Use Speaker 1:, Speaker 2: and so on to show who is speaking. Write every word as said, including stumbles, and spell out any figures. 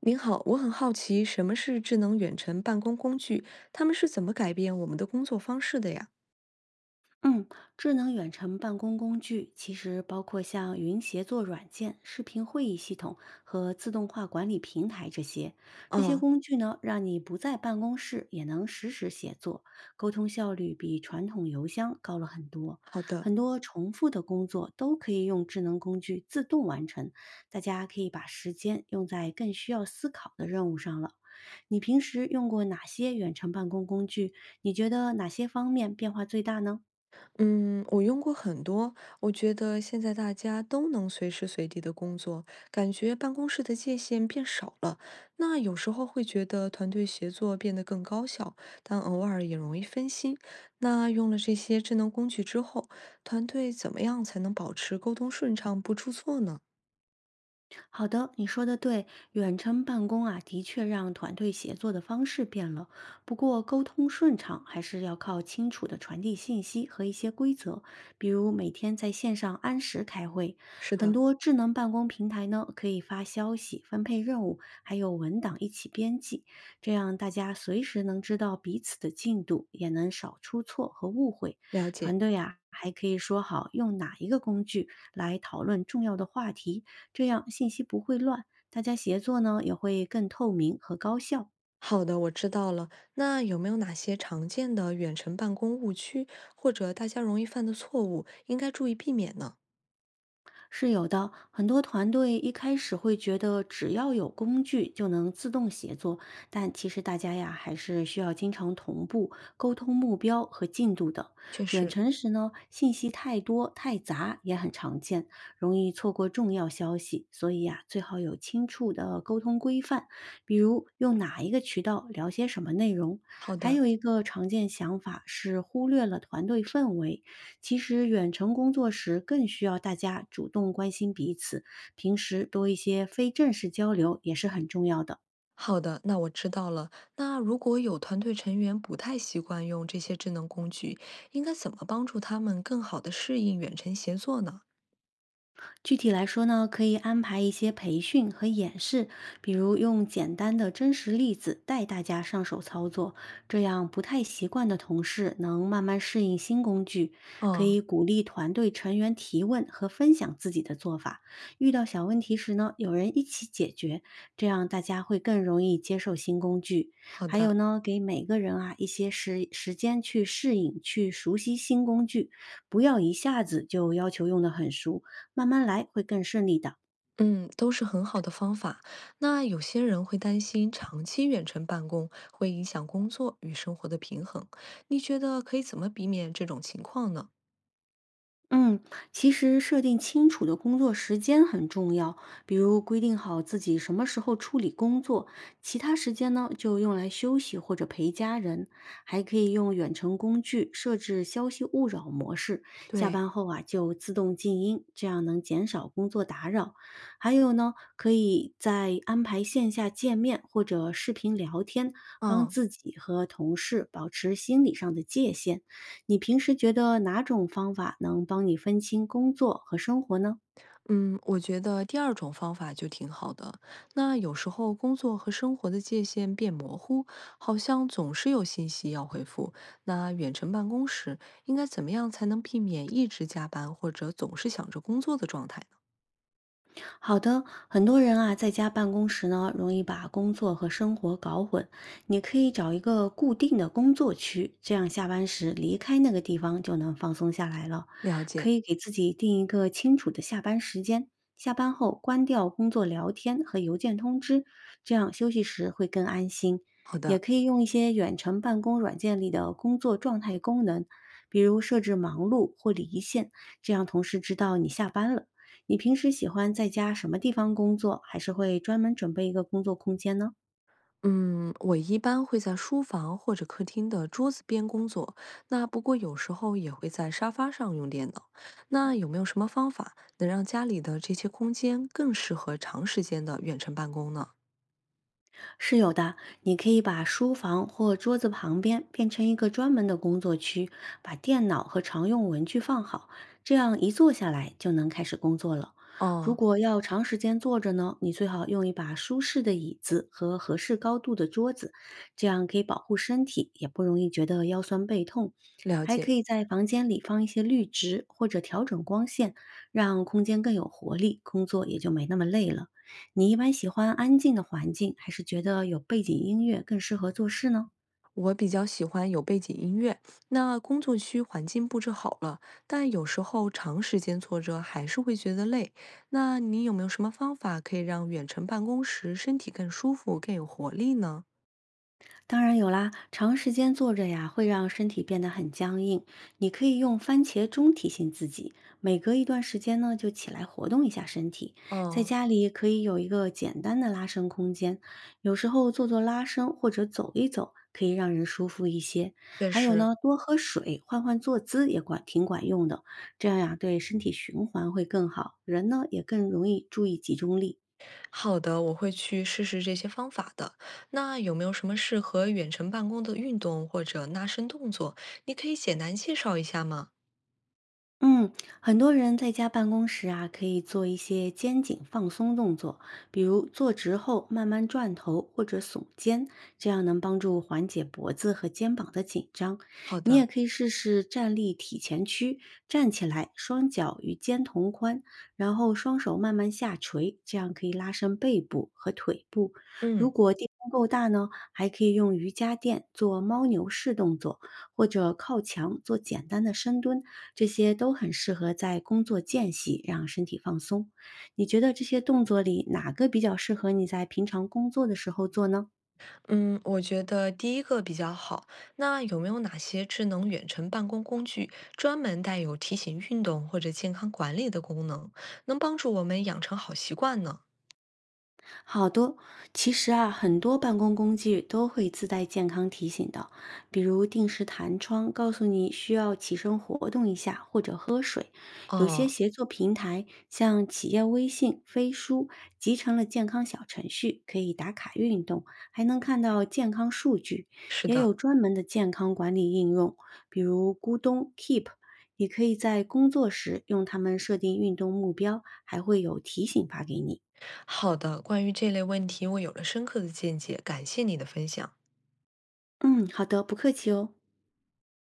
Speaker 1: 您好，我很好奇什么是智能远程办公工具，他们是怎么改变我们的工作方式的呀？
Speaker 2: 嗯，智能远程办公工具其实包括像云协作软件、视频会议系统和自动化管理平台这些。这些
Speaker 1: 嗯，
Speaker 2: 工具呢，让你不在办公室也能实时协作，沟通效率比传统邮箱高了很多。
Speaker 1: 好的，
Speaker 2: 很多重复的工作都可以用智能工具自动完成，大家可以把时间用在更需要思考的任务上了。你平时用过哪些远程办公工具？你觉得哪些方面变化最大呢？
Speaker 1: 嗯，我用过很多，我觉得现在大家都能随时随地的工作，感觉办公室的界限变少了。那有时候会觉得团队协作变得更高效，但偶尔也容易分心。那用了这些智能工具之后，团队怎么样才能保持沟通顺畅不出错呢？
Speaker 2: 好的，你说的对，远程办公啊，的确让团队协作的方式变了。不过，沟通顺畅还是要靠清楚的传递信息和一些规则，比如每天在线上按时开会。
Speaker 1: 是
Speaker 2: 很
Speaker 1: 的，
Speaker 2: 多智能办公平台呢，可以发消息、分配任务，还有文档一起编辑，这样大家随时能知道彼此的进度，也能少出错和误会。
Speaker 1: 了解。
Speaker 2: 团队啊，还可以说好用哪一个工具来讨论重要的话题。这样信息不会乱，大家协作呢也会更透明和高效。
Speaker 1: 好的，我知道了。那有没有哪些常见的远程办公误区，或者大家容易犯的错误，应该注意避免呢？
Speaker 2: 是有的，很多团队一开始会觉得只要有工具就能自动协作，但其实大家呀还是需要经常同步沟通目标和进度的。
Speaker 1: 确
Speaker 2: 远
Speaker 1: 实，
Speaker 2: 程时呢，信息太多太杂也很常见，容易错过重要消息，所以呀、最好有清楚的沟通规范，比如用哪一个渠道聊些什么内容。
Speaker 1: 好
Speaker 2: 还
Speaker 1: 的，
Speaker 2: 有一个常见想法是忽略了团队氛围，其实远程工作时更需要大家主动关心彼此，平时多一些非正式交流也是很重要的。
Speaker 1: 好的，那我知道了。那如果有团队成员不太习惯用这些智能工具，应该怎么帮助他们更好的适应远程协作呢？
Speaker 2: 具体来说呢，可以安排一些培训和演示，比如用简单的真实例子带大家上手操作，这样不太习惯的同事能慢慢适应新工具。可
Speaker 1: 嗯，
Speaker 2: 以鼓励团队成员提问和分享自己的做法，遇到小问题时呢，有人一起解决，这样大家会更容易接受新工具。
Speaker 1: 好
Speaker 2: 还有
Speaker 1: 的。
Speaker 2: 呢，给每个人啊一些时时间去适应、去熟悉新工具，不要一下子就要求用得很熟。慢慢来会更顺利的。
Speaker 1: 嗯，都是很好的方法。那有些人会担心长期远程办公会影响工作与生活的平衡，你觉得可以怎么避免这种情况呢？
Speaker 2: 嗯，其实设定清楚的工作时间很重要，比如规定好自己什么时候处理工作，其他时间呢就用来休息或者陪家人。还可以用远程工具设置消息勿扰模式，下
Speaker 1: 对，
Speaker 2: 班后啊就自动静音，这样能减少工作打扰。还有呢，可以在安排线下见面或者视频聊天，帮
Speaker 1: 嗯
Speaker 2: 自己和同事保持心理上的界限。你平时觉得哪种方法能帮你分清工作和生活呢？
Speaker 1: 嗯，我觉得第二种方法就挺好的。那有时候工作和生活的界限变模糊，好像总是有信息要回复。那远程办公时，应该怎么样才能避免一直加班或者总是想着工作的状态呢？
Speaker 2: 好的，很多人啊，在家办公时呢，容易把工作和生活搞混。你可以找一个固定的工作区，这样下班时离开那个地方就能放松下来了。
Speaker 1: 了
Speaker 2: 可
Speaker 1: 解，
Speaker 2: 以给自己定一个清楚的下班时间，下班后关掉工作聊天和邮件通知，这样休息时会更安心。
Speaker 1: 好
Speaker 2: 也
Speaker 1: 的。
Speaker 2: 可以用一些远程办公软件里的工作状态功能，比如设置忙碌或离线，这样同事知道你下班了。你平时喜欢在家什么地方工作，还是会专门准备一个工作空间呢？
Speaker 1: 嗯，我一般会在书房或者客厅的桌子边工作，那不过有时候也会在沙发上用电脑。那有没有什么方法能让家里的这些空间更适合长时间的远程办公呢？
Speaker 2: 是有的，你可以把书房或桌子旁边变成一个专门的工作区，把电脑和常用文具放好，这样一坐下来就能开始工作了。如
Speaker 1: 哦，
Speaker 2: 果要长时间坐着呢，你最好用一把舒适的椅子和合适高度的桌子，这样可以保护身体，也不容易觉得腰酸背痛。
Speaker 1: 了
Speaker 2: 还可
Speaker 1: 解。
Speaker 2: 以在房间里放一些绿植，或者调整光线，让空间更有活力，工作也就没那么累了。你一般喜欢安静的环境，还是觉得有背景音乐更适合做事呢？
Speaker 1: 我比较喜欢有背景音乐，那工作区环境布置好了，但有时候长时间坐着还是会觉得累。那你有没有什么方法可以让远程办公时身体更舒服、更有活力呢？
Speaker 2: 当然有啦，长时间坐着呀，会让身体变得很僵硬。你可以用番茄钟提醒自己，每隔一段时间呢，就起来活动一下身体。在
Speaker 1: 哦，
Speaker 2: 家里可以有一个简单的拉伸空间，有时候做做拉伸或者走一走，可以让人舒服一些。
Speaker 1: 确
Speaker 2: 还有
Speaker 1: 实，
Speaker 2: 呢，多喝水，换换坐姿也管挺管用的。这样呀，对身体循环会更好，人呢也更容易注意集中力。
Speaker 1: 好的，我会去试试这些方法的。那有没有什么适合远程办公的运动或者拉伸动作？你可以简单介绍一下吗？
Speaker 2: 嗯，很多人在家办公时啊，可以做一些肩颈放松动作，比如坐直后慢慢转头或者耸肩，这样能帮助缓解脖子和肩膀的紧张。
Speaker 1: 好
Speaker 2: 你也
Speaker 1: 的，
Speaker 2: 可以试试站立体前屈，站起来，双脚与肩同宽，然后双手慢慢下垂，这样可以拉伸背部和腿部。如
Speaker 1: 嗯
Speaker 2: 果地方够大呢，还可以用瑜伽垫做猫牛式动作。或者靠墙做简单的深蹲，这些都很适合在工作间隙让身体放松。你觉得这些动作里哪个比较适合你在平常工作的时候做呢？
Speaker 1: 嗯，我觉得第一个比较好。那有没有哪些智能远程办公工具专门带有提醒运动或者健康管理的功能，能帮助我们养成好习惯呢？
Speaker 2: 好的，其实啊，很多办公工具都会自带健康提醒的，比如定时弹窗告诉你需要起身活动一下或者喝水。有些
Speaker 1: 哦，
Speaker 2: 协作平台，像企业微信、飞书，集成了健康小程序，可以打卡运动，还能看到健康数据。
Speaker 1: 是
Speaker 2: 也
Speaker 1: 的，
Speaker 2: 有专门的健康管理应用，比如咕咚 Keep。你可以在工作时用它们设定运动目标，还会有提醒发给你。
Speaker 1: 好的。关于这类问题，我有了深刻的见解，感谢你的分享。
Speaker 2: 嗯，好的，不客气哦。